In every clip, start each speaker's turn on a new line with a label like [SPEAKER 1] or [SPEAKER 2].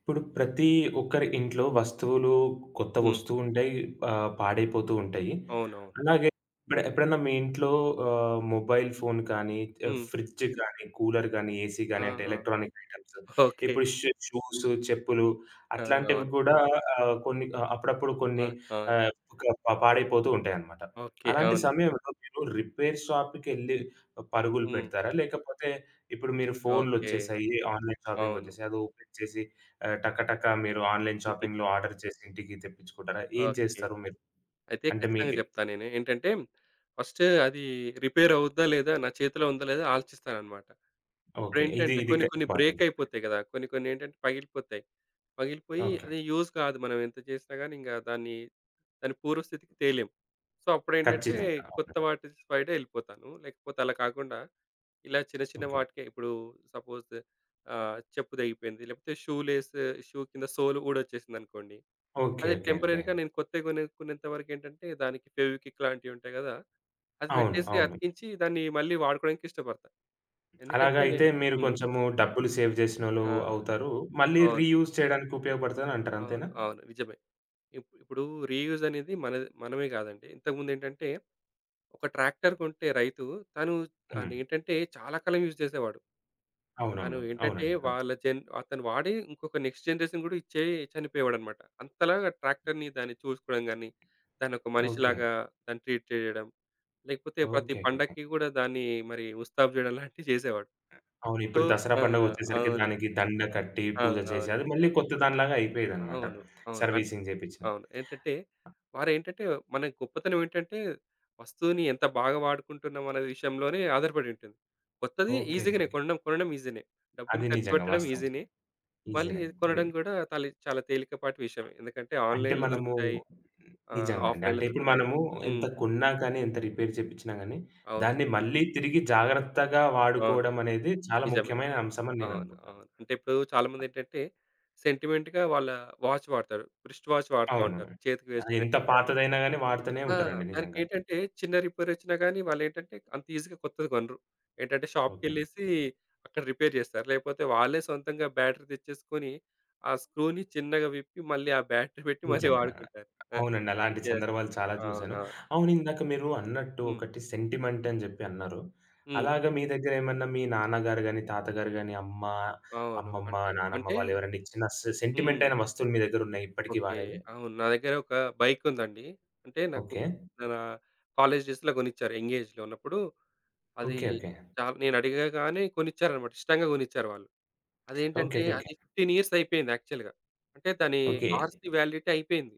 [SPEAKER 1] ఇప్పుడు ప్రతి ఒక్కరి ఇంట్లో వస్తువులు కొత్త
[SPEAKER 2] హ్మ్.
[SPEAKER 1] వస్తూవుంటాయి. పాడైపోతూ ఉంటాయి.
[SPEAKER 2] అవునవును.
[SPEAKER 1] అలాగే ఇప్పుడు ఎప్పుడన్నా మీ ఇంట్లో మొబైల్ ఫోన్ కానీ,
[SPEAKER 2] హ్మ్.
[SPEAKER 1] ఫ్రిడ్జ్ కానీ, కూలర్ కానీ, ఏసీ కానీ అంటే
[SPEAKER 2] ఆహా!
[SPEAKER 1] Electronic items
[SPEAKER 2] okay.
[SPEAKER 1] ఇప్పుడు షూస్, చెప్పులు అట్లాంటివి
[SPEAKER 2] అవునవును.
[SPEAKER 1] కూడా కొన్ని అప్పుడప్పుడు కొన్ని
[SPEAKER 2] అవును. అవును.
[SPEAKER 1] ఆహ్, ఒక పాడైపోతూ ఉంటాయన్నమాట.
[SPEAKER 2] ఓకే.
[SPEAKER 1] అలాంటి
[SPEAKER 2] అవును.
[SPEAKER 1] సమయంలో మీరు రిపేర్ షాప్‌కెళ్ళి పరుగులు
[SPEAKER 2] హ్మ్.
[SPEAKER 1] పెడతారా? లేకపోతే ఇప్పుడు మీరు
[SPEAKER 2] ఓకే.
[SPEAKER 1] ఫోన్‌లొచ్చేసాయి, ఆన్‌లైన్ షాపింగ్
[SPEAKER 2] అవును.
[SPEAKER 1] వచ్చేసాయి. అది ఓపెన్ చేసి టకటక మీరు ఆన్‌లైన్ షాపింగ్‌లో ఆర్డర్ చేసి ఇంటికి తెప్పించుకుంటారా? ఏం
[SPEAKER 2] ఓకే.
[SPEAKER 1] చేస్తారు మీరు?
[SPEAKER 2] అయితే
[SPEAKER 1] అంటే
[SPEAKER 2] ఖచ్చితంగా
[SPEAKER 1] మీకే
[SPEAKER 2] చెప్తా నేను. ఏంటంటే ఫస్ట్ అది రిపేర్ అవుద్దా లేదా? నా చేతిలో ఉందా లేదా? ఆలోచిస్తాననమాట.
[SPEAKER 1] ఓకే. ఇది
[SPEAKER 2] ఇప్పుడేంటంటే
[SPEAKER 1] ఇది
[SPEAKER 2] కొన్ని
[SPEAKER 1] ఇక
[SPEAKER 2] కొన్ని బ్రేక్
[SPEAKER 1] ఇంపార్టెంట్.
[SPEAKER 2] అయిపోతాయి కదా! కొన్ని కొన్ని ఏంటంటే పగిలిపోతాయి. పగిలిపోయి
[SPEAKER 1] ఓకే.
[SPEAKER 2] అది యూజ్ కాదు. మనం ఎంత చేసినా గాని ఇంక దాన్ని దాని పూర్వస్థితికి తేలేం. సో, అప్పుడేంటంటే
[SPEAKER 1] ఖచ్చితంగా.
[SPEAKER 2] కొత్త
[SPEAKER 1] అవునండి.
[SPEAKER 2] వాటి సైడే ఎళ్ళిపోతాను. లేకపోతే అలా కాకుండా ఇలా చిన్న చిన్న
[SPEAKER 1] ఓకే.
[SPEAKER 2] వాటికే ఇప్పుడు సపోజ్ చెప్పు తెగిపోయింది. లేకపోతే షూ లేస్, షూ కింద సోల్ ఊడొచ్చేసిందనుకోండి.
[SPEAKER 1] ఓకే.
[SPEAKER 2] అది
[SPEAKER 1] ఓకే. ఓకే.
[SPEAKER 2] టెంపరరీగా నేను కొత్తవి కొనుక్కునేంత వరకేంటంటే దానికి ఫెవిక్విక్ లాంటివి ఉంటాయి గదా! అది
[SPEAKER 1] అవును.
[SPEAKER 2] పెట్టేసి
[SPEAKER 1] అవును.
[SPEAKER 2] అతికించి దాన్ని మళ్ళీ వాడుకోవడానికి ఇష్టపడతా.
[SPEAKER 1] అలాగా
[SPEAKER 2] ఎందుకంటే నే
[SPEAKER 1] అయితే మీరు
[SPEAKER 2] హ్మ్.
[SPEAKER 1] కొంచెము డబ్బులు సేవ్ చేసినోళ్ళు
[SPEAKER 2] ఆ!
[SPEAKER 1] అవుతారు. మళ్ళీ
[SPEAKER 2] అవును.
[SPEAKER 1] రీయూజ్ చేయడానికి ఉపయోగపడతదంటారు అంతేనా?
[SPEAKER 2] అవును. అవును. నిజమే. ఇప్పుడు రీయూజ్ అనేది మనది మనమే గాదండి. ఇంతకుముందేంటంటే ఒక ట్రాక్టర్ కొంటే రైతు తను
[SPEAKER 1] హ్మ్.
[SPEAKER 2] దాన్నేంటంటే చాలా కాలం యూజ్ చేసేవాడు. తను
[SPEAKER 1] అవునవును.
[SPEAKER 2] ఏంటంటే
[SPEAKER 1] అవునండి. అవును.
[SPEAKER 2] వాళ్ళ జన్ అతను వాడి ఇంకొక నెక్స్ట్ జనరేషన్ కూడా ఇచ్చే చనిపోయేవాడనమాట. అంతలాగా ట్రాక్టర్‌ని దాన్ని చూసుకోవడం గాని, దాన్ని ఒక
[SPEAKER 1] ఓకే.
[SPEAKER 2] మనిషిలాగా దాన్ని ట్రీట్ చేయడం, లేకపోతే ప్రతి
[SPEAKER 1] ఓకే. ఓకే.
[SPEAKER 2] పండక్కి కూడా దాన్ని మరి ముస్తాబు చేయడం లాంటివి చేసేవాడు.
[SPEAKER 1] అవును.
[SPEAKER 2] సో
[SPEAKER 1] ఇప్పుడు దసరా
[SPEAKER 2] ఆ!
[SPEAKER 1] పండగొచ్చేసరికి
[SPEAKER 2] అవును.
[SPEAKER 1] దానికి దండ కట్టి పూజ చేసి
[SPEAKER 2] అవునవును.
[SPEAKER 1] అది మళ్ళీ కొత్త దానిలాగా
[SPEAKER 2] అవును.
[SPEAKER 1] అయిపోయేదనమాట.
[SPEAKER 2] అవును. అవును అన్
[SPEAKER 1] సర్వీసింగ్ చేపించిన.
[SPEAKER 2] అవును. ఏంటంటే వారేంటంటే మన గొప్పతనం ఏంటంటే వస్తువుని ఎంత బాగా వాడుకుంటున్నాం అనే విషయంలోనే ఆధారపడి ఉంటుంది. కొత్తది
[SPEAKER 1] ఓకే.
[SPEAKER 2] ఈజీగానే
[SPEAKER 1] ఓకే.
[SPEAKER 2] కొనడం కొనడం ఈజీనే. డబ్బులు
[SPEAKER 1] అది
[SPEAKER 2] ఖర్చు
[SPEAKER 1] నిజంగా
[SPEAKER 2] పెట్టడం
[SPEAKER 1] వాస్తవం.
[SPEAKER 2] ఈజీనే. మళ్ళీ
[SPEAKER 1] ఈజీనే.
[SPEAKER 2] ఇది
[SPEAKER 1] ని
[SPEAKER 2] కొనడం గూడా తలి చాలా తేలికపాటి విషయమే. ఎందుకంటే
[SPEAKER 1] అంటే
[SPEAKER 2] ఆన్‌లైన్‌లో
[SPEAKER 1] మనము
[SPEAKER 2] దొరుకుతాయి.
[SPEAKER 1] నిజంగా అండి. అంటే
[SPEAKER 2] ఆఫ్‌లైన్‌లో
[SPEAKER 1] ఇప్పుడు
[SPEAKER 2] దొరుకుతాయి.
[SPEAKER 1] మనము ఎంత
[SPEAKER 2] హ్మ్.
[SPEAKER 1] కొన్నా కానీ, ఎంత రిపేర్ చేపిచ్చినా గానీ,
[SPEAKER 2] అవును.
[SPEAKER 1] దాన్ని మళ్ళీ తిరిగి జాగ్రత్తగా
[SPEAKER 2] అవును.
[SPEAKER 1] వాడుకోవడం అనేది చాలా
[SPEAKER 2] నిజమే.
[SPEAKER 1] ముఖ్యమైన అంశం అని
[SPEAKER 2] అవును.
[SPEAKER 1] నేననుకుంటున్నాను.
[SPEAKER 2] అవును. అంటే ఇప్పుడు చాలామందేంటంటే సెంటిమెంట్‌గా వాళ్ళ వాచ్ వాడతారు. రిస్ట్ వాచ్ వాడతా
[SPEAKER 1] అవును.
[SPEAKER 2] ఉంటారు. చేతికి
[SPEAKER 1] అది
[SPEAKER 2] వేసుకునే
[SPEAKER 1] ఎంత పాతదైనా గానీ వాడుతూనే
[SPEAKER 2] ఆ!
[SPEAKER 1] ఉంటారండి నిజంగా.
[SPEAKER 2] దానికేంటంటే చిన్న రిపేరొచ్చినా గానీ వాళ్ళేంటంటే అంత ఈజీగా కొత్తది కొనరు. ఏంటంటే
[SPEAKER 1] ఓకే.
[SPEAKER 2] షాప్‌కెళ్ళేసి అక్కడ రిపేర్ జేస్తారు. లేకపోతే వాళ్ళే సొంతంగా బ్యాటరీ తెచ్చేసుకొని ఆ స్క్రూని చిన్నగా విప్పి మళ్ళీ ఆ బ్యాటరీ పెట్టి మళ్ళీ
[SPEAKER 1] నిజంగా.
[SPEAKER 2] వాడుకుంటారు. ఆ!
[SPEAKER 1] అవునండి. అలాంటి
[SPEAKER 2] యెస్.
[SPEAKER 1] సందర్భాలు చాలా చూసాను.
[SPEAKER 2] అవునవును.
[SPEAKER 1] అవును. ఇందాక మీరు అన్నట్టు
[SPEAKER 2] హ్మ్.
[SPEAKER 1] ఒకటి సెంటిమెంట్ అని జెప్పి అన్నారు.
[SPEAKER 2] హ్మ్.
[SPEAKER 1] అలాగా మీ దగ్గరేమన్నా మీ నాన్నగారు గాని, తాతగారు గాని, అమ్మ,
[SPEAKER 2] అవును.
[SPEAKER 1] అమ్మమ్మ,
[SPEAKER 2] అంటే
[SPEAKER 1] నానమ్మ
[SPEAKER 2] అంటే
[SPEAKER 1] వాళ్ళు ఎవరైనా ఇచ్చిన సెంటిమెంట్
[SPEAKER 2] హ్మ్.
[SPEAKER 1] అయిన వస్తువులు మీ దగ్గరున్నాయా ఇప్పటికి
[SPEAKER 2] ఓకే.
[SPEAKER 1] వాడేది?
[SPEAKER 2] అవును. నా దగ్గర ఒక బైకుందండి. అంటే నాకు
[SPEAKER 1] ఓకే.
[SPEAKER 2] నా కాలేజ్ డేస్‌లో కొనిచ్చారు. ఎంగేజ్‌లో ఉన్నప్పుడు అది
[SPEAKER 1] ఓకే. ఓకే.
[SPEAKER 2] చాలా నేను అడగగానే కొనిచ్చారన్నమాట. ఇష్టంగా కొనిచ్చారు వాళ్ళు.
[SPEAKER 1] ఓకే.
[SPEAKER 2] అదేంటంటే
[SPEAKER 1] ఓకే. ఓకే.
[SPEAKER 2] అది 15 ఇయర్స్ అయిపోయింది యాక్చువల్‌గా. అంటే దాని
[SPEAKER 1] ఓకే.
[SPEAKER 2] ఆర్‌సీ వ్యాలిడిటీ అయిపోయింది.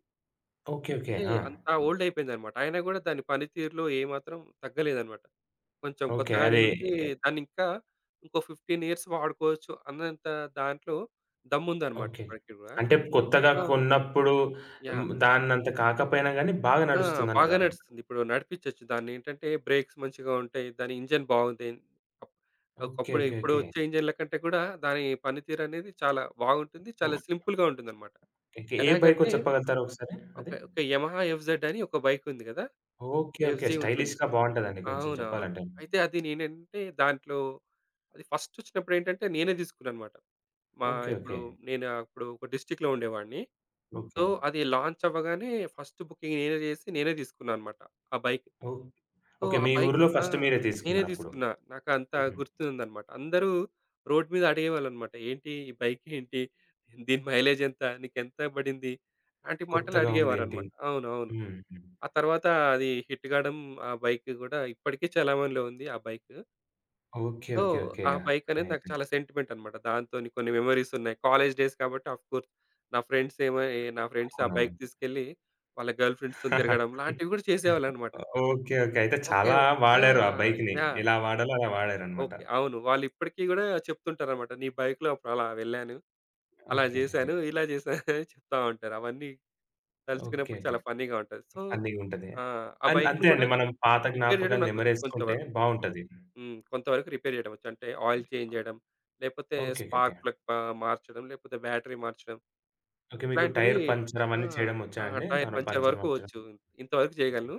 [SPEAKER 1] ఓకే. ఓకే.
[SPEAKER 2] అంటే
[SPEAKER 1] ఆ!
[SPEAKER 2] అంత ఓల్డ్ అయిపోయిందన్నమాట. అయినా గూడా దాని పనితీరులో ఏమాత్రం తగ్గలేదన్నమాట. కొంచెం
[SPEAKER 1] ఓకే.
[SPEAKER 2] కొత్తగానే
[SPEAKER 1] అదే
[SPEAKER 2] ఉంది. దాన్నింకా ఇంకో 15 ఇయర్స్ వాడుకోవచ్చు అన్నంత దాంట్లో దమ్ముందనమాట
[SPEAKER 1] ఓకే.
[SPEAKER 2] ఇప్పటికి గూడా.
[SPEAKER 1] అంటే కొత్తగా
[SPEAKER 2] ఆ!
[SPEAKER 1] కొన్నప్పుడు
[SPEAKER 2] యాహ్!
[SPEAKER 1] హ్మ్. దాన్నంత కాకపోయినా గాని బాగా
[SPEAKER 2] ఆ! బాగా
[SPEAKER 1] నడుస్తుందంటారు.
[SPEAKER 2] నడుస్తుంది. ఇప్పుడు నడిపిచ్చొచ్చు. దాన్నేంటంటే బ్రేక్స్ మంచిగా ఉంటాయి. దాని ఇంజిన్ బాగుంది. Up
[SPEAKER 1] okay.
[SPEAKER 2] ఒకప్పుడు
[SPEAKER 1] ఓకే.
[SPEAKER 2] ఇప్పుడు
[SPEAKER 1] ఓకే.
[SPEAKER 2] వచ్చే ఇంజిన్‌ల కంటే కూడా దాని పనితీరనేది చాలా బాగుంటుంది. చాలా సింపుల్‌గా ఉంటుందనమాట.
[SPEAKER 1] ఓకే. ఏ బైకో
[SPEAKER 2] ఎలాగంటే
[SPEAKER 1] చెప్పగలుగుతారా ఒకసారి
[SPEAKER 2] ఒక
[SPEAKER 1] అది?
[SPEAKER 2] ఒక యమహా ఎఫ్‌జెడ్ అని ఒక బైక్ ఉంది గదా!
[SPEAKER 1] ఓకే. ఓకే.
[SPEAKER 2] ఎఫ్‌జీ ఉంటుంది.
[SPEAKER 1] స్టైలిష్‌గా బావుంటదండి కొంచెం
[SPEAKER 2] అవునవును.
[SPEAKER 1] చెప్పాలంటే.
[SPEAKER 2] అయితే అది నేనేంటంటే దాంట్లో అది ఫస్ట్ వచ్చినప్పుడేంటంటే నేనే తీసుకున్నాననమాట. మా
[SPEAKER 1] ఓకే. ఓకే.
[SPEAKER 2] ఇప్పుడు నేను అప్పుడు ఒక డిస్ట్రిక్ట్‌లో ఉండేవాడిని. So,
[SPEAKER 1] okay.
[SPEAKER 2] అది లాంచ్ అవ్వగానే ఫస్ట్ బుకింగ్ నేనే చేసి, నేనే తీసుకున్నా అనమాట ఆ బైక్.
[SPEAKER 1] ఓహ్!
[SPEAKER 2] So,
[SPEAKER 1] okay.
[SPEAKER 2] ఆ
[SPEAKER 1] మీ
[SPEAKER 2] బైక్
[SPEAKER 1] ఊరిలో
[SPEAKER 2] ఆ!
[SPEAKER 1] ఫస్ట్ మీరే
[SPEAKER 2] నేనే
[SPEAKER 1] తీసుకున్నారప్పుడు.
[SPEAKER 2] తీసుకున్నా. నాకంత
[SPEAKER 1] హుహు.
[SPEAKER 2] గుర్తుందనమాట. అందరూ రోడ్ మీద అడిగేవాళ్ళనమాట. "ఏంటి ఈ బైక్ ఏంటి? దీని మైలేజ్ ఎంత? నీకెంత పడింది?" అలాంటి మాటలు
[SPEAKER 1] కొత్తగా ఉందేంటి?
[SPEAKER 2] అడిగేవారనమాట. అవునవును.
[SPEAKER 1] హ్మ్. హ్మ్.
[SPEAKER 2] ఆ తర్వాత అది హిట్ కాడం, ఆ బైక్ కూడా ఇప్పటికీ చలామణిలో ఉంది ఆ bike.
[SPEAKER 1] Okay.
[SPEAKER 2] So,
[SPEAKER 1] okay. Okay.
[SPEAKER 2] ఆ
[SPEAKER 1] యాహ్!
[SPEAKER 2] బైకనేది నాకు
[SPEAKER 1] నైస్.
[SPEAKER 2] చాలా సెంటిమెంటనమాట. దాంతోని కొన్ని మెమోరీసున్నాయి. కాలేజ్ డేస్ కాబట్టి ఆఫ్‌కోర్స్ నా ఫ్రెండ్స్ ఏమో ఏ నా ఫ్రెండ్స్ ఆ
[SPEAKER 1] అవునవును.
[SPEAKER 2] బైక్ తీసుకెళ్ళి వాళ్ళ గర్ల్ ఫ్రెండ్స్‌తోని తిరగడం లాంటివి గూడా చేసేవాళ్ళనమాట.
[SPEAKER 1] ఓకే. ఓకే. అయితే
[SPEAKER 2] ఓకే.
[SPEAKER 1] చాలా
[SPEAKER 2] ఆ!
[SPEAKER 1] వాడారు ఆ బైక్‌ని.
[SPEAKER 2] యాహ్!
[SPEAKER 1] ఎలా వాడాలో అలా వాడారనమాట.
[SPEAKER 2] ఓకే. అవును. వాళ్ళిప్పటికి గూడా చెప్తుంటారనమాట. నీ బైక్‌లో అప్పుడలా వెళ్ళాను, అలా
[SPEAKER 1] ఓకే. ఓకే.
[SPEAKER 2] జేశాను, ఇలా జేశాను అని చెప్తా ఉంటారు. అవన్నీ
[SPEAKER 1] ఓకే.
[SPEAKER 2] తలుచుకున్నప్పుడు
[SPEAKER 1] ఓకే.
[SPEAKER 2] చాలా ఫన్నీగా ఉంటది. సో,
[SPEAKER 1] ఫన్నీగుంటది.
[SPEAKER 2] ఆ! ఆ బైక్‌ని
[SPEAKER 1] అంతే
[SPEAKER 2] గూడా
[SPEAKER 1] అండి. మనం పాత
[SPEAKER 2] రిపేర్ జేయడం
[SPEAKER 1] జ్ఞాపకాలను
[SPEAKER 2] నాకొచ్చు కొంచెం
[SPEAKER 1] నెమరేసుకుంటే
[SPEAKER 2] వరకు.
[SPEAKER 1] బావుంటది.
[SPEAKER 2] హ్మ్. కొంతవరకు రిపేర్ చేయడం వచ్చు. అంటే ఆయిల్ చేంజ్ చేయడం, లేపోతే
[SPEAKER 1] okay. Okay. Okay.
[SPEAKER 2] Spark plug ప మార్చడం, లేపోతే బ్యాటరీ మార్చడం
[SPEAKER 1] ఓకే. మీకు
[SPEAKER 2] ఇట్లాంటివి
[SPEAKER 1] టైర్ పంచర్
[SPEAKER 2] ఆ!
[SPEAKER 1] అవన్నీ చేయడం వచ్చా
[SPEAKER 2] ఆ!
[SPEAKER 1] అండి?
[SPEAKER 2] టైర్
[SPEAKER 1] నార్మల్
[SPEAKER 2] పంచర్
[SPEAKER 1] పంచర్
[SPEAKER 2] వరకు
[SPEAKER 1] మార్చడం.
[SPEAKER 2] వచ్చు. ఇంత- ఇంతవరకు
[SPEAKER 1] ఓకే.
[SPEAKER 2] చేయగలను.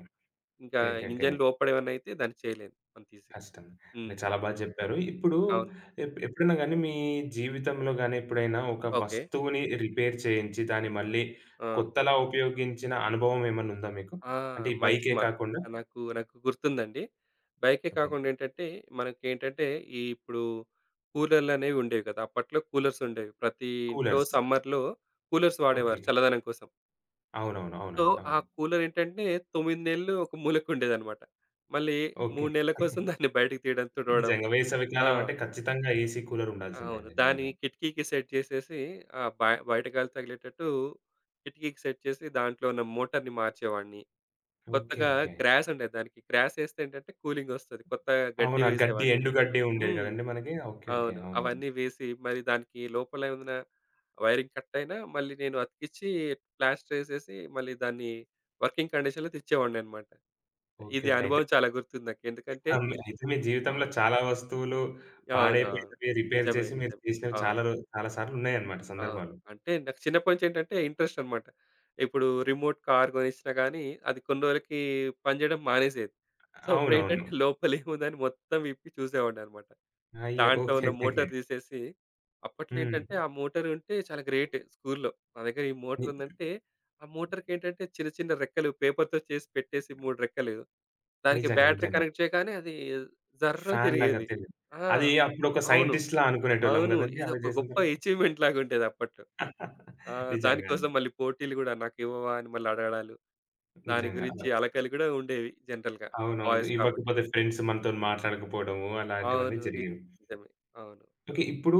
[SPEAKER 2] ఇంకా
[SPEAKER 1] ఓకే. ఓకే. ఓకే.
[SPEAKER 2] ఇంజిన్ లోపడేమన్నా అయితే దాన్ని చేయలేను అంత ఈజీగా.
[SPEAKER 1] కష్టం. ఓకే.
[SPEAKER 2] హ్మ్.
[SPEAKER 1] చాలా బాగా చెప్పారు. ఇప్పుడు
[SPEAKER 2] అవును.
[SPEAKER 1] ఎప్పుడైనా గాని మీ జీవితంలో గాని ఎప్పుడైనా ఒక
[SPEAKER 2] ఓకే.
[SPEAKER 1] వస్తువుని రిపేర్ చేయించి దాన్ని మళ్ళీ
[SPEAKER 2] ఆ!
[SPEAKER 1] కొత్తలా ఉపయోగించిన అనుభవం ఏమన్నా ఉందా మీకు?
[SPEAKER 2] ఆ!
[SPEAKER 1] అంటే ఈ
[SPEAKER 2] మంచి
[SPEAKER 1] బైకే
[SPEAKER 2] మా
[SPEAKER 1] కాకుండా
[SPEAKER 2] నాకు నాకు గుర్తుందండి. బైకే
[SPEAKER 1] ఓకే.
[SPEAKER 2] కాకుండా ఏంటంటే మనకేంటంటే ఈ ఇప్పుడు కూలర్‌లనేవి ఉండేవి కదా! అప్పట్లో కూలర్స్ ఉండేవి. ప్రతి ఇంట్లో
[SPEAKER 1] కూలర్స్.
[SPEAKER 2] సమ్మర్‌లో కూలర్స్
[SPEAKER 1] ఓకే.
[SPEAKER 2] వాడేవారు
[SPEAKER 1] ఓకే.
[SPEAKER 2] చల్లదనం కోసం.
[SPEAKER 1] అవునవును.
[SPEAKER 2] సో,
[SPEAKER 1] అవునండి.
[SPEAKER 2] ఆ
[SPEAKER 1] అవును.
[SPEAKER 2] కూలరేంటంటే 9 నెలలు ఒక మూలకుండేదనమాట. మళ్ళీ
[SPEAKER 1] ఓకే.
[SPEAKER 2] 3 నెలల కోసం దాన్ని బయటకి తీయడం, తుడవడం.
[SPEAKER 1] నిజంగా వేసవి
[SPEAKER 2] ఆ!
[SPEAKER 1] కాలం అంటే ఖచ్చితంగా ఏసీ, కూలర్ ఉండాల్సిందే
[SPEAKER 2] అవును.
[SPEAKER 1] అండి
[SPEAKER 2] దాన్ని
[SPEAKER 1] నిజంగా.
[SPEAKER 2] కిటికీకి సెట్ చేసేసి బ బయట గాలి తగిలేటట్టు కిటికీకి సెట్ చేసి దాంట్లో ఉన్న మోటార్‌ని మార్చేవాడిని.
[SPEAKER 1] ఓకే.
[SPEAKER 2] కొత్తగా
[SPEAKER 1] ఓకే.
[SPEAKER 2] గ్రాస్ ఉండేది దానికి. గ్రాస్ ఏస్తే ఏంటంటే కూలింగొస్తది. కొత్త గడ్డి
[SPEAKER 1] అవునా! గడ్డి,
[SPEAKER 2] వేసేవాడిని.
[SPEAKER 1] ఎండు గడ్డి ఉండేది
[SPEAKER 2] హ్మ్.
[SPEAKER 1] గదండీ మనకి. ఓకే. ఓకే.
[SPEAKER 2] అవును.
[SPEAKER 1] అవునవును.
[SPEAKER 2] అవన్నీ వేసి మరి దానికి లోపల ఏమన్నా వైరింగ్ కట్ అయినా మళ్ళీ నేను అతికిచ్చి ప్లాస్టరేసేసి మళ్ళీ దాన్ని వర్కింగ్ కండిషన్‌లో తెచ్చేవాడిననమాట.
[SPEAKER 1] ఓకే. ఓకే.
[SPEAKER 2] ఇది
[SPEAKER 1] అయితే
[SPEAKER 2] అనుభవం చాలా గుర్తుంది నాకు. ఎందుకంటే
[SPEAKER 1] ఆ! అయితే మీ జీవితంలో
[SPEAKER 2] అవును.
[SPEAKER 1] చాలా వస్తువులు
[SPEAKER 2] అవునా!
[SPEAKER 1] పాడైపోయినవి రిపేర్
[SPEAKER 2] నిజమే.
[SPEAKER 1] చేసి మీరు
[SPEAKER 2] నిజమే.
[SPEAKER 1] చేసినవి చాలా
[SPEAKER 2] అవును.
[SPEAKER 1] చాలా సార్లు ఉన్నాయన్నమాట
[SPEAKER 2] అవును.
[SPEAKER 1] సందర్భాలు.
[SPEAKER 2] అంటే నాకు చిన్నప్పటి నుంచి ఏంటంటే ఇంట్రెస్ట్ అన్నమాట. ఇప్పుడు రిమోట్ కార్ కొనిచ్చినా గానీ, అది కొన్ని రోజులకి పనిచేయడం మానేసేది. సో,
[SPEAKER 1] అవునవును.
[SPEAKER 2] అప్పుడేంటంటే లోపల ఏముందని మొత్తం విప్పి చూసేవాడినన్నమాట.
[SPEAKER 1] అయ్యో!
[SPEAKER 2] దాంట్లో
[SPEAKER 1] ఓకే.
[SPEAKER 2] ఉన్న
[SPEAKER 1] ఓకే.
[SPEAKER 2] మోటార్ తీసేసి అప్పట్లో
[SPEAKER 1] హ్మ్.
[SPEAKER 2] ఏంటంటే ఆ మోటార్ ఉంటే చాలా గ్రేట్ స్కూల్‌లో. నా దగ్గర ఈ
[SPEAKER 1] ని
[SPEAKER 2] మోటార్ ఉందంటే, ఆ మోటార్‌కి ఏంటంటే చిన్న చిన్న రెక్కలు పేపర్‌తో చేసి పెట్టేసి 3 రెక్కలు. దానికి
[SPEAKER 1] నిజంగా.
[SPEAKER 2] బ్యాటరీ
[SPEAKER 1] నిజంగా.
[SPEAKER 2] కనెక్ట్ చేయగానే అది జర్‌న
[SPEAKER 1] ఫ్యాన్ లాగా
[SPEAKER 2] తిరిగేది.
[SPEAKER 1] తెలియదు.
[SPEAKER 2] ఆ!
[SPEAKER 1] అది అప్పుడొక
[SPEAKER 2] అవును.
[SPEAKER 1] సైంటిస్ట్‌లా అనుకునేటోళ్ళం
[SPEAKER 2] అవును.
[SPEAKER 1] గదండీ అవి
[SPEAKER 2] ఇదొక
[SPEAKER 1] జేసిన
[SPEAKER 2] గొప్ప
[SPEAKER 1] తర్వాత.
[SPEAKER 2] అచీవ్‌మెంట్ లాగా ఉండేది అప్పట్లో. ఆ!
[SPEAKER 1] నిజంగా అండి.
[SPEAKER 2] దానికోసం మళ్ళీ పోటీలు గూడా నాకు ఇవ్వవా అని మళ్ళీ అడగడాలు. దాని
[SPEAKER 1] నిజంగా.
[SPEAKER 2] గురించి అలకలు కూడా ఉండేవి జనరల్‌గా
[SPEAKER 1] అవునవును.
[SPEAKER 2] బాయ్స్ కాబట్టి.
[SPEAKER 1] ఇవ్వకపోతే ఫ్రెండ్స్ మనతోని మాట్లాడకపోవడము అలాంటివన్నీ
[SPEAKER 2] అవును. నిజ-
[SPEAKER 1] జరిగేవి.
[SPEAKER 2] నిజమే. అవును.
[SPEAKER 1] ఓకే. ఇప్పుడు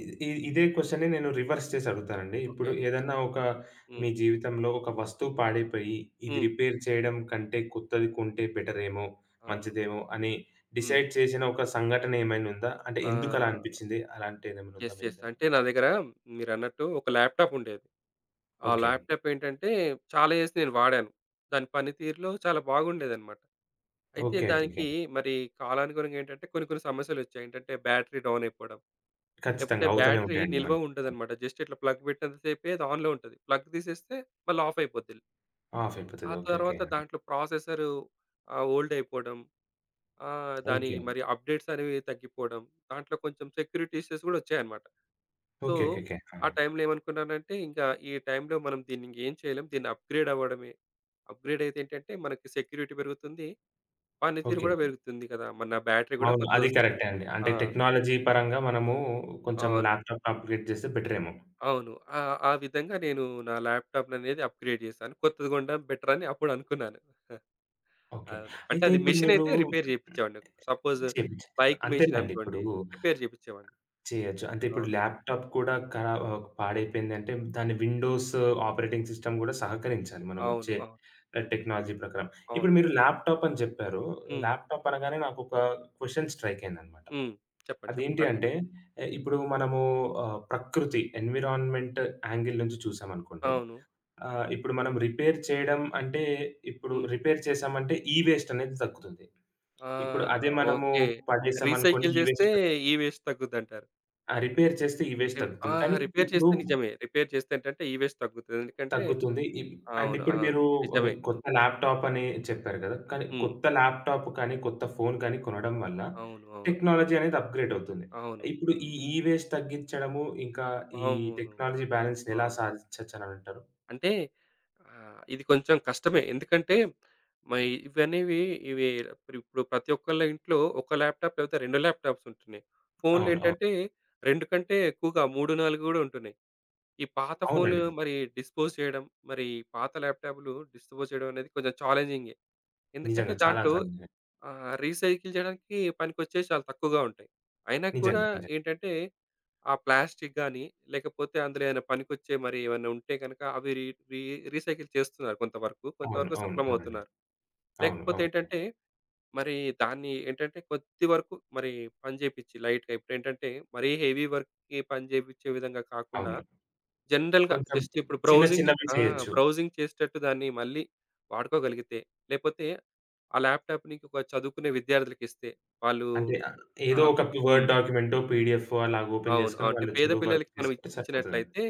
[SPEAKER 1] ఇ ఇ ఇదే క్వెషన్‌ని నేను రివర్స్ చేసి అడుగుతానండి. ఇప్పుడు
[SPEAKER 2] ఓకే.
[SPEAKER 1] ఏదన్నా ఒక మీ
[SPEAKER 2] హ్మ్.
[SPEAKER 1] జీవితంలో ఒక వస్తువు పాడైపోయి, ఇది
[SPEAKER 2] హ్మ్.
[SPEAKER 1] రిపేర్ చేయడం కంటే కొత్తది కొంటే బెటరేమో,
[SPEAKER 2] అవును.
[SPEAKER 1] మంచిదేమో అని
[SPEAKER 2] హ్మ్.
[SPEAKER 1] డిసైడ్ చేసిన ఒక సంఘటన ఏమైనా ఉందా? అంటే ఎందుకలా
[SPEAKER 2] ఆ!
[SPEAKER 1] అనిపిచ్చింది? అలాంటిదేమైనా ఉందా
[SPEAKER 2] యెస్.
[SPEAKER 1] మీ
[SPEAKER 2] యెస్.
[SPEAKER 1] దగ్గర?
[SPEAKER 2] అంటే నా దగ్గర మీరన్నట్టు ఒక ల్యాప్‌టాప్ ఉండేది. ఆ
[SPEAKER 1] ఓకే.
[SPEAKER 2] ల్యాప్‌టాప్ ఏంటంటే చాలా ఏసి నేను వాడాను. దాని పనితీరులో చాలా బాగుండేదన్నమాట. అయితే
[SPEAKER 1] ఓకే. ఓకేకే.
[SPEAKER 2] దానికి మరి కాలానుగుణంగా ఏంటంటే కొన్ని కొన్ని సమస్యలొచ్చాయి. ఏంటంటే బ్యాటరీ డౌన్ అయిపోవడం, లేకపోతే
[SPEAKER 1] ఖచ్చితంగా అవుతూనే
[SPEAKER 2] బ్యాటరీ
[SPEAKER 1] ఉంటాయండి
[SPEAKER 2] నిల్వ
[SPEAKER 1] అవన్నీ.
[SPEAKER 2] ఉండదన్నమాట. జస్ట్ ఇట్లా ప్లగ్ పెట్టినంత సేపే అది ఆన్‌లో ఉంటది. ప్లగ్ తీసేస్తే మళ్ళీ ఆఫ్ అయిపోద్ది.
[SPEAKER 1] ఆఫ్ అయిపోతది.
[SPEAKER 2] ఆ
[SPEAKER 1] ఓకే. ఓకే.
[SPEAKER 2] తర్వాత దాంట్లో ప్రాసెసరు ఓల్డ్ అయిపోవడం, ఆ! దాని
[SPEAKER 1] ఓకే.
[SPEAKER 2] మరి అప్‌డేట్స్ అనేవి తగ్గిపోవడం. దాంట్లో కొంచెం సెక్యూరిటీ ఇష్యూస్ గూడా వచ్చాయన్నమాట. So,
[SPEAKER 1] okay. ఓకేకే. ఆ!
[SPEAKER 2] ఆ టైంలో ఏమనుకున్నానంటే, ఇంకా ఈ టైంలో మనం దీన్ని ఇంకేం చేయలేం. దీన్ని అప్‌గ్రేడ్ అవ్వడమే. అప్‌గ్రేడ్ అయితే ఏంటంటే, మనకి సెక్యూరిటీ పెరుగుతుంది. పనితీరు
[SPEAKER 1] ఓకే.
[SPEAKER 2] గూడా పెరుగుతుంది కదా! మన బ్యాటరీ గూడా
[SPEAKER 1] అవును. అది
[SPEAKER 2] కొత్తదొస్తుంది.
[SPEAKER 1] కరెక్టే అండి. అంటే
[SPEAKER 2] ఆ!
[SPEAKER 1] టెక్నాలజీ పరంగా మనము కొంచెం
[SPEAKER 2] అవును.
[SPEAKER 1] ల్యాప్‌టాప్‌ని అప్‌గ్రేడ్ చేస్తే బెటరేమో.
[SPEAKER 2] అవును. ఆ! ఆ విధంగా నేను నా ల్యాప్‌టాప్‌ననేది అప్‌గ్రేడ్ చేశాను. కొత్తది కొనడం బెటర్ అని అప్పుడు అనుకున్నాను.
[SPEAKER 1] ఓకే.
[SPEAKER 2] అవును. అంటే
[SPEAKER 1] అయితే
[SPEAKER 2] అది
[SPEAKER 1] ఇప్పుడు
[SPEAKER 2] మెషిన్
[SPEAKER 1] మీరు
[SPEAKER 2] అయితే రిపేర్ చేపిచ్చేవాడిని. సపోజ్
[SPEAKER 1] చేపిచ్చారు.
[SPEAKER 2] బైక్ మెషిన్
[SPEAKER 1] అంతేనండి. ఇప్పుడు
[SPEAKER 2] అనుకోండి రిపేర్ చేపిచ్చేవాడిని.
[SPEAKER 1] చేయొచ్చు. అంటే ఇప్పుడు
[SPEAKER 2] అవును.
[SPEAKER 1] ల్యాప్‌టాప్ కూడా పాడైపోయిందంటే దాని విండోస్ ఆపరేటింగ్ సిస్టమ్ గూడా సహకరించాలి
[SPEAKER 2] అవును.
[SPEAKER 1] మనమొచ్చే
[SPEAKER 2] అవును. హ్మ్.
[SPEAKER 1] టెక్నాలజీ ప్రకారం. ఇప్పుడు
[SPEAKER 2] అవును.
[SPEAKER 1] మీరు ల్యాప్‌టాప్ అని చెప్పారు.
[SPEAKER 2] హ్మ్.
[SPEAKER 1] ల్యాప్‌టాప్ అనగానే నాకొక క్వెషన్ స్ట్రైక్ అయిందనమాట.
[SPEAKER 2] హ్మ్. చెప్పండి. చెప్పండి.
[SPEAKER 1] అదేంటి అంటే
[SPEAKER 2] అడగండి.
[SPEAKER 1] ఇప్పుడు మనము ప్రకృతి ఎన్విరాన్మెంట్ యాంగిల్ నుంచి చూసామనుకోండి.
[SPEAKER 2] అవును.
[SPEAKER 1] ఇప్పుడు మనం రిపేర్ చేయడం అంటే ఇప్పుడు
[SPEAKER 2] హ్మ్.
[SPEAKER 1] రిపేర్ చేశామంటే ఈ వేస్ట్ అనేది తగ్గుతుంది.
[SPEAKER 2] ఆ!
[SPEAKER 1] ఇప్పుడు అదే మనము
[SPEAKER 2] ఓకే.
[SPEAKER 1] పడేసామనుకోండి
[SPEAKER 2] రీసైకిల్
[SPEAKER 1] ఈ వేస్ట్
[SPEAKER 2] చేస్తే ఈ వేస్ట్ తగ్గుద్దంటారు.
[SPEAKER 1] ఆ! రిపేర్ చేస్తే ఈ వేస్ట్
[SPEAKER 2] రివ్ ఆ!
[SPEAKER 1] తగ్గుతుంది. కానీ
[SPEAKER 2] రిపేర్
[SPEAKER 1] ఇప్పుడు
[SPEAKER 2] చేస్తే నిజమే. రిపేర్ చేస్తే ఏంటంటే ఈ వేస్ట్ తగ్గుతది. ఎందుకంటే
[SPEAKER 1] తగ్గుతుంది. అండ్
[SPEAKER 2] అవును.
[SPEAKER 1] ఇప్పుడు
[SPEAKER 2] అవును.
[SPEAKER 1] మీరు ఒక
[SPEAKER 2] నిజమే.
[SPEAKER 1] కొత్త ల్యాప్‌టాప్ అని చెప్పారు గదా! కానీ
[SPEAKER 2] హ్మ్.
[SPEAKER 1] కొత్త ల్యాప్‌టాప్ కానీ, కొత్త ఫోను కానీ కొనడం వల్ల
[SPEAKER 2] అవును. అవును.
[SPEAKER 1] టెక్నాలజీ అనేది అప్‌గ్రేడ్ అవుతుంది.
[SPEAKER 2] అవును.
[SPEAKER 1] ఇప్పుడు ఈ ఈ వేస్ట్ తగ్గించడము, ఇంకా ఈ
[SPEAKER 2] అవును.
[SPEAKER 1] టెక్నాలజీ బ్యాలెన్స్‌ని
[SPEAKER 2] ఆ!
[SPEAKER 1] ఎలా సాధించొచ్చని అంటారు?
[SPEAKER 2] అంటే ఇది కొంచెం కష్టమే. ఎందుకంటే మై ఇవనేవి ఇవి ఇప్పుడు ఇప్పుడు ప్రతి ఒక్కళ్ళ ఇంట్లో ఒక ల్యాప్‌టాప్ లేకపోతే 2 ల్యాప్‌టాప్స్ ఉంటున్నాయి. ఫోన్‌లు
[SPEAKER 1] అవును. అవును.
[SPEAKER 2] ఏంటంటే 2 కంటే ఎక్కువగా 3, 4 గూడా ఉంటున్నాయి. ఈ పాత ఫోన్‌లు
[SPEAKER 1] అవునండి.
[SPEAKER 2] మరి డిస్పోజ్ చేయడం, మరి పాత ల్యాప్‌టాప్‌లు డిస్పోజ్ చేయడం అనేది కొంచెం ఛాలెంజింగే. ఎందుకంటే
[SPEAKER 1] నిజంగా చాలా
[SPEAKER 2] దాంట్లో
[SPEAKER 1] నిజంగా.
[SPEAKER 2] రీసైకిల్ చేయడానికి పనికొచ్చేవి చాలా తక్కువగా ఉంటాయి. అయినా కూడా
[SPEAKER 1] నిజంగా. నిజంగా.
[SPEAKER 2] ఏంటంటే ఆ ప్లాస్టిక్ గాని, లేకపోతే అందులో ఏమైనా పనికొచ్చే మరి ఏమైనా ఉంటే గనక అవి రీ రీ రీసైకిల్ చేస్తున్నారు కొంతవరకు.
[SPEAKER 1] అవును.
[SPEAKER 2] కొంతవరకు
[SPEAKER 1] అవును. అవునండి.
[SPEAKER 2] సఫలమవుతున్నారు.
[SPEAKER 1] అవును.
[SPEAKER 2] లేకపోతే
[SPEAKER 1] అవునండి.
[SPEAKER 2] ఏంటంటే, మరి దాన్ని ఏంటంటే కొద్ది వరకు మరి పని చేపిచ్చి లైట్‌గా ఇప్పుడేంటంటే, మరీ హెవీ వర్క్‌కి పని చేపిచ్చే విధంగా కాకుండా,
[SPEAKER 1] అవును.
[SPEAKER 2] జనరల్‌గా
[SPEAKER 1] కొంచెం
[SPEAKER 2] జస్ట్ ఇప్పుడు
[SPEAKER 1] చిన్న
[SPEAKER 2] బ్రౌజింగ్
[SPEAKER 1] చిన్నవి
[SPEAKER 2] ఆ!
[SPEAKER 1] చేయొచ్చు.
[SPEAKER 2] బ్రౌజింగ్ చేసేటట్టు దాన్ని మళ్ళీ వాడుకోగలిగితే, లేపోతే ఆ ల్యాప్‌టాప్‌ని ఒక చదువుకునే విద్యార్థులకిస్తే, వాళ్ళు
[SPEAKER 1] అంటే ఏదో
[SPEAKER 2] ఆహ్,
[SPEAKER 1] ఒక వర్డ్
[SPEAKER 2] హ్మ్.
[SPEAKER 1] డాక్యుమెంటో, పీడీఎఫో అలాగా ఓపెన్
[SPEAKER 2] అవును.
[SPEAKER 1] చేసుకొని
[SPEAKER 2] అంటే
[SPEAKER 1] వాళ్ళు
[SPEAKER 2] పేద
[SPEAKER 1] చదువు వరకు
[SPEAKER 2] పిల్లలకి మనం ఇ
[SPEAKER 1] చేసుకుంటే సరిపోతది.
[SPEAKER 2] ఇచ్చినట్లయితే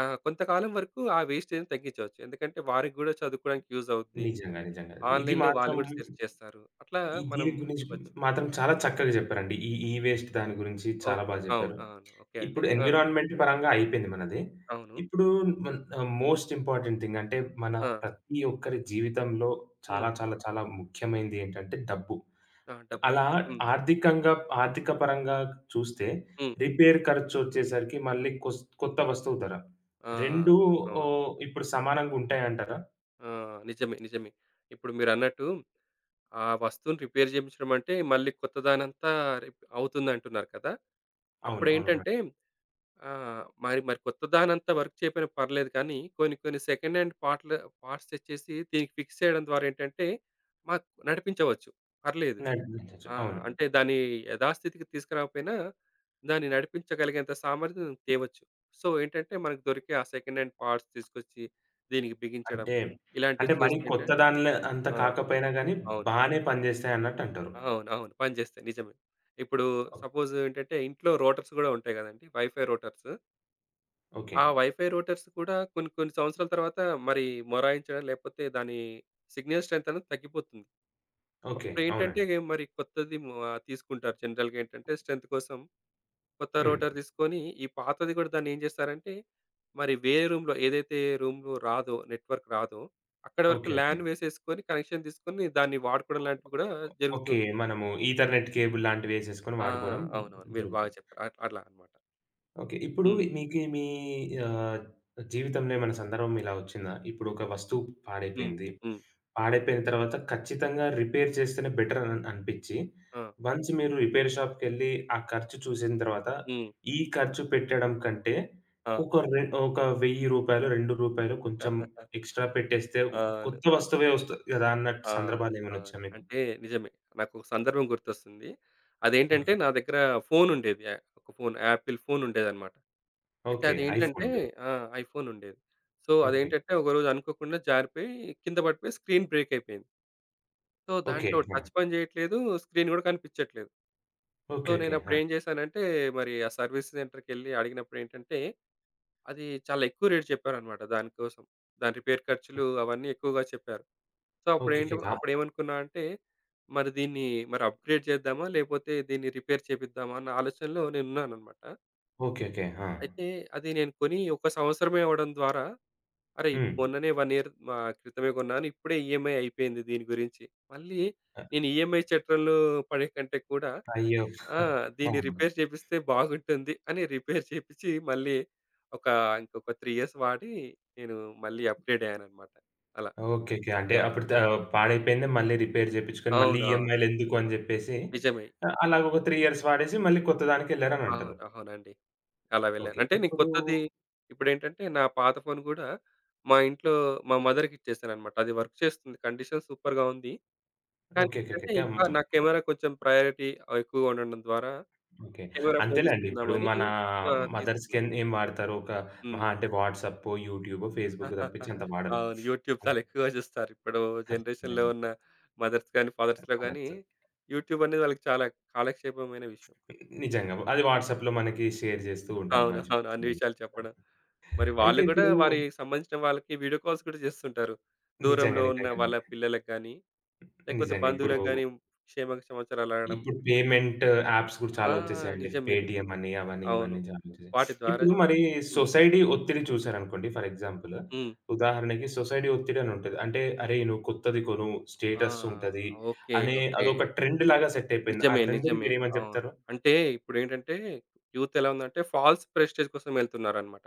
[SPEAKER 2] ఆ! కొంతకాలం వరకు ఆ వేస్టేజ్‌ని తగ్గించవచ్చు. ఎందుకంటే వారికి గూడా చదువుకోవడానికి యూజ్ అవుద్ది.
[SPEAKER 1] నిజంగా. నిజంగా. ఇది
[SPEAKER 2] ఆన్‌లైన్‌లో
[SPEAKER 1] మాత్రం
[SPEAKER 2] వాళ్ళు గూడా సెర్చ్ చేస్తారు. అట్లా
[SPEAKER 1] ఈ
[SPEAKER 2] మనం
[SPEAKER 1] దీని గురించి
[SPEAKER 2] ఇవ్వచ్చు.
[SPEAKER 1] మాత్రం చాలా చక్కగా చెప్పారండి. ఈ ఈ వేస్ట్ దాని గురించి చాలా
[SPEAKER 2] ఓకే.
[SPEAKER 1] బాగా చెప్పారు.
[SPEAKER 2] అవును. అవును. ఓకే అండి.
[SPEAKER 1] ఇప్పుడు
[SPEAKER 2] ఆ!
[SPEAKER 1] ఎన్విరాన్మెంట్ పరంగా అయిపోయింది మనది.
[SPEAKER 2] అవును.
[SPEAKER 1] ఇప్పుడు మోస్ట్ ఇంపార్టెంట్ థింగ్ అంటే మన
[SPEAKER 2] ఆ!
[SPEAKER 1] ప్రతి ఒక్కరి జీవితంలో
[SPEAKER 2] హ్మ్.
[SPEAKER 1] చాలా చాలా చాలా ముఖ్యమైనది ఏంటంటే డబ్బు.
[SPEAKER 2] ఆ! డబ్బు.
[SPEAKER 1] అలా
[SPEAKER 2] హ్మ్.
[SPEAKER 1] ఆర్థికంగా ఆర్థిక పరంగా చూస్తే
[SPEAKER 2] హ్మ్.
[SPEAKER 1] రిపేర్ ఖర్చొచ్చేసరికి మళ్ళీ కొత్త వస్తువు ధర.
[SPEAKER 2] ఆ!
[SPEAKER 1] 2
[SPEAKER 2] అవును.
[SPEAKER 1] ఓహ్, ఇప్పుడు సమానంగా ఉంటాయంటారా?
[SPEAKER 2] ఆ! నిజమే. నిజమే. ఇప్పుడు మీరన్నట్టు ఆ వస్తువుని రిపేర్ చేపించడం అంటే మళ్ళీ కొత్త దానంతా రిప్ అవుతుందంటున్నారు కదా!
[SPEAKER 1] అవును. అవును.
[SPEAKER 2] అప్పుడేంటంటే
[SPEAKER 1] అవును.
[SPEAKER 2] ఆ! మరి మరి కొత్త దానంతా వర్క్ చేయకపోయినా పర్లేదు కానీ, కొన్ని కొన్ని సెకండ్ హ్యాండ్ పార్ట్‌లు పార్ట్స్ తెచ్చేసి దీనికి ఫిక్స్ చేయడం ద్వారా ఏంటంటే, మాకు నడిపించవచ్చు. పర్లేదు.
[SPEAKER 1] నడిపించొచ్చు.
[SPEAKER 2] ఆ!
[SPEAKER 1] అవును.
[SPEAKER 2] అంటే దాని యథాస్థితికి తీసుకురాకపోయినా, దాన్ని నడిపించగలిగేంత సామర్థ్యం తేవచ్చు. సో, ఏంటంటే మనకు దొరికే ఆ సెకండ్ హ్యాండ్ పార్ట్స్ తీసుకొచ్చి దీనికి బిగించడం.
[SPEAKER 1] అంటే,
[SPEAKER 2] ఇలాంటివి
[SPEAKER 1] అంటే మరీ
[SPEAKER 2] చేస్తే
[SPEAKER 1] కొత్త
[SPEAKER 2] ఏంటం
[SPEAKER 1] దానిలో అంత
[SPEAKER 2] ఆ!
[SPEAKER 1] కాకపోయినా గానీ
[SPEAKER 2] అవును. అవును.
[SPEAKER 1] బానే పనిజేస్తాయన్నట్టంటారు.
[SPEAKER 2] అవునవును. పనిచేస్తాయి. నిజమే. ఇప్పుడు
[SPEAKER 1] ఓకే.
[SPEAKER 2] సపోజ్ ఏంటంటే ఇంట్లో రోటర్స్ గూడా ఉంటాయి గదండీ! Wifi rotors.
[SPEAKER 1] ఓకే.
[SPEAKER 2] ఆ వైఫై రూటర్స్ కూడా కొన్ని కొన్ని సంవత్సరాల తర్వాత మరి మొరాయించడం, లేకపోతే దాని సిగ్నల్ స్ట్రెంత్ అనేది తగ్గిపోతుంది.
[SPEAKER 1] ఓకే.
[SPEAKER 2] అప్పుడేంటంటే
[SPEAKER 1] అవునండి.
[SPEAKER 2] మరి కొత్తది మ ఆ తీసుకుంటారు జనరల్‌గా ఏంటంటే స్ట్రెంత్ కోసం కొత్త
[SPEAKER 1] హ్మ్.
[SPEAKER 2] రూటర్ తీసుకొని ఈ పాతది కూడా దాన్ని ఏం చేస్తారంటే మరి వేరే రూమ్‌లో ఏదైతే రూమ్‌లో రాదో నెట్వర్క్ రాదో అక్కడి వరకు
[SPEAKER 1] ఓకే. ఓకే.
[SPEAKER 2] ల్యాన్ వేసేసుకొని కనెక్షన్ తీసుకొని దాన్ని వాడుకోవడం లాంటివి కూడా
[SPEAKER 1] ఓకే.
[SPEAKER 2] జరుగుతుంది.
[SPEAKER 1] మనము ఈథర్‌నెట్ కేబుల్ లాంటివేసేసుకొని
[SPEAKER 2] ఆ!
[SPEAKER 1] వాడుకోవడం
[SPEAKER 2] అవునవును. మీరు బాగా
[SPEAKER 1] జరుగుతుంది.
[SPEAKER 2] చెప్పారు. అట్లా అట్లా అన్నమాట.
[SPEAKER 1] ఓకే. ఇప్పుడు
[SPEAKER 2] హ్మ్.
[SPEAKER 1] మీకి మీ ఆహ్, జీవితంలో ఏమైనా సందర్భం ఇలా వచ్చిందా? ఇప్పుడు ఒక వస్తువు
[SPEAKER 2] హ్మ్.
[SPEAKER 1] పాడైపోయింది.
[SPEAKER 2] హ్మ్.
[SPEAKER 1] పాడైపోయిన తర్వాత ఖచ్చితంగా రిపేర్ చేస్తేనే బెటర్ అని అనిపిచ్చి,
[SPEAKER 2] ఆ!
[SPEAKER 1] వన్స్ మీరు రిపేర్ షాప్‌కెళ్ళి ఆ ఖర్చు చూసిన తర్వాత,
[SPEAKER 2] హ్మ్.
[SPEAKER 1] ఈ ఖర్చు పెట్టడం కంటే
[SPEAKER 2] ఆ!
[SPEAKER 1] ఒక రె ఒక రూ. 1000, రూ. 2 కొంచెం ఎక్స్‌ట్రా పెట్టేస్తే
[SPEAKER 2] అవును.
[SPEAKER 1] కొత్త వస్తువే వస్తది గదా! అన్నట్టు
[SPEAKER 2] అవును.
[SPEAKER 1] సందర్భాలు ఏమైనా
[SPEAKER 2] అవును.
[SPEAKER 1] వచ్చాయా మీకు?
[SPEAKER 2] అంటే నిజమే. నాకొక సందర్భం గుర్తొస్తుంది. అదేంటంటే
[SPEAKER 1] ఓకే.
[SPEAKER 2] నా దగ్గర ఫోనుండేది. యాహ్! ఒక ఫోను యాపిల్ ఫోనుండేదనమాట. అయితే
[SPEAKER 1] ఓకే. ఐఫోన్
[SPEAKER 2] అదేంటంటే
[SPEAKER 1] ఉండేది.
[SPEAKER 2] ఆ! ఐఫోన్ ఉండేది. So,
[SPEAKER 1] okay.
[SPEAKER 2] అదేంటంటే ఒకరోజు అనుకోకుండా జారిపోయి కింద పడిపోయి స్క్రీన్ బ్రేక్ అయిపోయింది. So,
[SPEAKER 1] okay.
[SPEAKER 2] దాంట్లో
[SPEAKER 1] ఆ!
[SPEAKER 2] టచ్ పని చేయట్లేదు. స్క్రీన్ కూడా కనిపించట్లేదు. So,
[SPEAKER 1] okay. ఓకే. ఆ!
[SPEAKER 2] నేనప్పుడు ఏం చేశానంటే మరి ఆ సర్వీస్ సెంటర్‌కెళ్ళి అడిగినప్పుడు ఏంటంటే అది చాలా ఎక్కువ రేట్ చెప్పారనమాట దానికోసం. దాని రిపేర్ ఖర్చులు
[SPEAKER 1] ఓకే.
[SPEAKER 2] అవన్నీ ఎక్కువగా చెప్పారు. So,
[SPEAKER 1] okay.
[SPEAKER 2] అప్పుడేంటి
[SPEAKER 1] ఆ!
[SPEAKER 2] అప్పుడేమనుకున్నా అంటే, మరి దీన్ని మరి అప్‌గ్రేడ్ చేద్దామా? లేపోతే దీన్ని రిపేర్ చేపిద్దామా? అన్న ఆలోచనలో నేనున్నాననమాట.
[SPEAKER 1] ఓకే. ఓకే. ఆ!
[SPEAKER 2] అయితే అది నేను కొని ఒక సంవత్సరమే అవ్వడం ద్వారా, అరేయ్!
[SPEAKER 1] హ్మ్.
[SPEAKER 2] మొన్ననే 1 ఇయర్ క్రితమే కొన్నాను. ఇప్పుడే ఈఎంఐ అయిపోయింది దీని గురించి. మళ్ళీ
[SPEAKER 1] అ
[SPEAKER 2] నేను ఈఎంఐ చట్రంలో పడే కంటే కూడా
[SPEAKER 1] అయ్యో!
[SPEAKER 2] ఆ!
[SPEAKER 1] ఆ!
[SPEAKER 2] దీన్ని రిపేర్ చేపిస్తే బాగుంటుంది అని రిపేర్ చేపిచ్చి మళ్ళీ ఒక ఇంకొక 3 ఇయర్స్ వాడి నేను మళ్ళీ అప్‌గ్రేడ్ అయ్యాననమాట. అలా.
[SPEAKER 1] ఓకే. ఓకే. అంటే
[SPEAKER 2] యాహ్!
[SPEAKER 1] అప్పుడు పాడైపోయింది. మళ్ళీ రిపేర్ చేపించుకొని మళ్ళీ
[SPEAKER 2] అవునవును.
[SPEAKER 1] ఈఎంఐలెందుకు అని చెప్పేసి
[SPEAKER 2] నిజమే.
[SPEAKER 1] అలాగ ఒక 3 ఇయర్స్ వాడేసి మళ్ళీ కొత్తదానికెళ్లారని అంటారు.
[SPEAKER 2] అవును. అవునండి. అలా వెళ్ళాను.
[SPEAKER 1] ఓకే.
[SPEAKER 2] అంటే నేను
[SPEAKER 1] ఇప్పుడు
[SPEAKER 2] కొత్తది ఇప్పుడేంటంటే నా పాత ఫోను గూడా మా ఇంట్లో మా మదర్‌కిచ్చేసాననమాట. అది వర్క్ చేస్తుంది. కండిషన్ సూపర్‌గా ఉంది. కానీ
[SPEAKER 1] ఓకే. ఓకే. ఓకే.
[SPEAKER 2] ఏంటంటే
[SPEAKER 1] ఓకే.
[SPEAKER 2] ఇంకా
[SPEAKER 1] హ్మ్.
[SPEAKER 2] నా కెమెరా కొంచెం ప్రయారిటీ ఎక్కువగా ఉండడం ద్వారా
[SPEAKER 1] ఓకే.
[SPEAKER 2] కెమెరా ఫోను
[SPEAKER 1] అంతేలేండి. ఇప్పుడు
[SPEAKER 2] తీసుకుందామని
[SPEAKER 1] మన
[SPEAKER 2] ఆ! తీసుకున్నా.
[SPEAKER 1] మదర్స్‌కేం ఏం వాడతారు? ఒక
[SPEAKER 2] హ్మ్.
[SPEAKER 1] మహా అంటే వాట్సాపో, యూట్యూబో, ఫేస్‌బుక్ తప్పించి అంత వాడరు.
[SPEAKER 2] అవును. యూట్యూబ్ చాలా
[SPEAKER 1] అంతే.
[SPEAKER 2] ఎక్కువగా చూస్తారు. ఇప్పుడు జనరేషన్‌లో
[SPEAKER 1] నిజంగా.
[SPEAKER 2] ఉన్న మదర్స్ గాని, ఫాదర్స్‌లో గాని
[SPEAKER 1] మదర్స్.
[SPEAKER 2] యూట్యూబ్ అనేది వాళ్ళకి చాలా కాలక్షేపమైన విషయం.
[SPEAKER 1] నిజంగా. అది వాట్సాప్‌లో మనకి షేర్ చేస్తూ ఉంటారు
[SPEAKER 2] అవును.
[SPEAKER 1] మంచి
[SPEAKER 2] అవును. అన్ని
[SPEAKER 1] విషయాన్ని.
[SPEAKER 2] విషయాలు చెప్పడం. మరి
[SPEAKER 1] అయితే
[SPEAKER 2] వాళ్ళు గూడా
[SPEAKER 1] ఇప్పుడు
[SPEAKER 2] వారికి సంబంధించిన వాళ్ళకి వీడియో కాల్స్ కూడా చేస్తుంటారు.
[SPEAKER 1] నిజంగా.
[SPEAKER 2] దూరంలో ఉన్న
[SPEAKER 1] నిజంగండి.
[SPEAKER 2] వాళ్ళ పిల్లలకి గాని, లేకపోతే
[SPEAKER 1] నిజంగా. ఇప్పుడు,
[SPEAKER 2] బంధువులకు గాని క్షేమ సమాచారాలు అడగడం.
[SPEAKER 1] ఇప్పుడు పేమెంట్ యాప్స్ కూడా
[SPEAKER 2] ఆ!
[SPEAKER 1] చాలా వచ్చేసాయండి.
[SPEAKER 2] నిజమే.
[SPEAKER 1] పేటీఎం
[SPEAKER 2] నిజమే.
[SPEAKER 1] అని, అవని,
[SPEAKER 2] అవును.
[SPEAKER 1] ఇవని చాలా వచ్చేసాయి.
[SPEAKER 2] వాటి ద్వారా
[SPEAKER 1] ఇప్పుడు మరి
[SPEAKER 2] హ్మ్.
[SPEAKER 1] సొసైటీ ఒత్తిడి చూసారనుకోండి ఫర్ ఎగ్జాంపుల్.
[SPEAKER 2] హ్మ్.
[SPEAKER 1] ఉదాహరణకి సొసైటీ ఒత్తిడి అని ఉంటది. అంటే అరేయ్! నువ్వు కొత్తది కొను,
[SPEAKER 2] ఆ!
[SPEAKER 1] స్టేటస్ ఉంటది
[SPEAKER 2] ఓకే.
[SPEAKER 1] అనే
[SPEAKER 2] ఓకే.
[SPEAKER 1] అదొక ట్రెండ్ లాగా సెట్ అయిపోయింది. ఆ
[SPEAKER 2] నిజమే.
[SPEAKER 1] ట్రెండ్‌ని
[SPEAKER 2] నిజమే.
[SPEAKER 1] మీరేమని
[SPEAKER 2] అవును.
[SPEAKER 1] చెప్తారు?
[SPEAKER 2] అంటే ఇప్పుడేంటంటే యూత్ ఎలా ఉందంటే ఫాల్స్ ప్రెస్టేజ్ కోసం వెళ్తున్నారన్నమాట.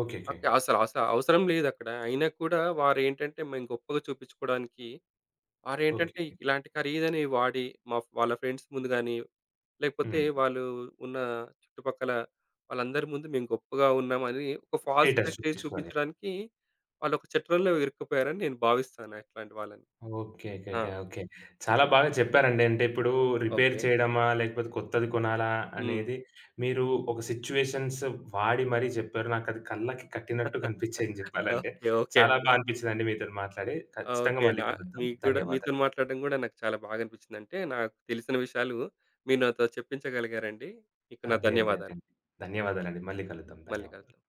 [SPEAKER 1] ఓకే. ఓకే.
[SPEAKER 2] ఓకే. అసలు అస అవసరం లేదక్కడ. అయినా కూడా వారేంటంటే మేము గొప్పగా చూపించుకోవడానికి
[SPEAKER 1] ఓకే.
[SPEAKER 2] వారేంటంటే ఇలాంటి ఖరీదైనవి వాడి మా వాళ్ళ ఫ్రెండ్స్ ముందు గాని, లేకపోతే
[SPEAKER 1] హ్మ్.
[SPEAKER 2] వాళ్ళు ఉన్న చుట్టుపక్కల వాళ్ళందరి ముందు మేము గొప్పగా ఉన్నామని ఒక ఫాల్స్
[SPEAKER 1] స్టేటస్
[SPEAKER 2] ప్రెస్టేజ్
[SPEAKER 1] చూపించుకోవాలి.
[SPEAKER 2] చూపించడానికి వాళ్ళొక చట్రంలో ఇరుక్కుపోయారని నేను భావిస్తాను అట్లాంటి వాళ్ళని.
[SPEAKER 1] ఓకే. ఓకే.
[SPEAKER 2] ఆ!
[SPEAKER 1] ఓకే. ఓకే. చాలా
[SPEAKER 2] హ్మ్.
[SPEAKER 1] బాగా చెప్పారండి. అంటే ఇప్పుడు రిపేర్
[SPEAKER 2] ఓకే.
[SPEAKER 1] చేయడమా? లేకపోతే కొత్తది కొనాలా?
[SPEAKER 2] హ్మ్.
[SPEAKER 1] అనేది మీరు ఒక సిట్యుయేషన్స్ వాడి మరీ చెప్పారు. నాకది కళ్ళకి కట్టినట్టు కనిపించాయని జెప్పాలంటే.
[SPEAKER 2] ఓకే. ఓకే
[SPEAKER 1] చాలా
[SPEAKER 2] అండి.
[SPEAKER 1] బా అనిపించిందండి మీతోని మాట్లాడి. ఖచ్చితంగా
[SPEAKER 2] ఓకే.
[SPEAKER 1] మళ్ళీ
[SPEAKER 2] నా
[SPEAKER 1] కలుద్దాం.
[SPEAKER 2] మీకు గూడా మీతోని
[SPEAKER 1] ధన్యవాదాలండి.
[SPEAKER 2] మాట్లాడడం గూడా నాకు చాలా బాగా అనిపిచ్చింది. అంటే నాకు తెలిసిన విషయాలు మీరు నాతో చెప్పించగలిగారండి. మీకు నా
[SPEAKER 1] అదే. అదే. అదే
[SPEAKER 2] ధన్యవాదాలు.
[SPEAKER 1] అండి. ధన్యవాదాలండి. మళ్ళీ కలుద్దాం.
[SPEAKER 2] మళ్ళీ
[SPEAKER 1] ధన్యవాదాలు.
[SPEAKER 2] కలుద్దాం.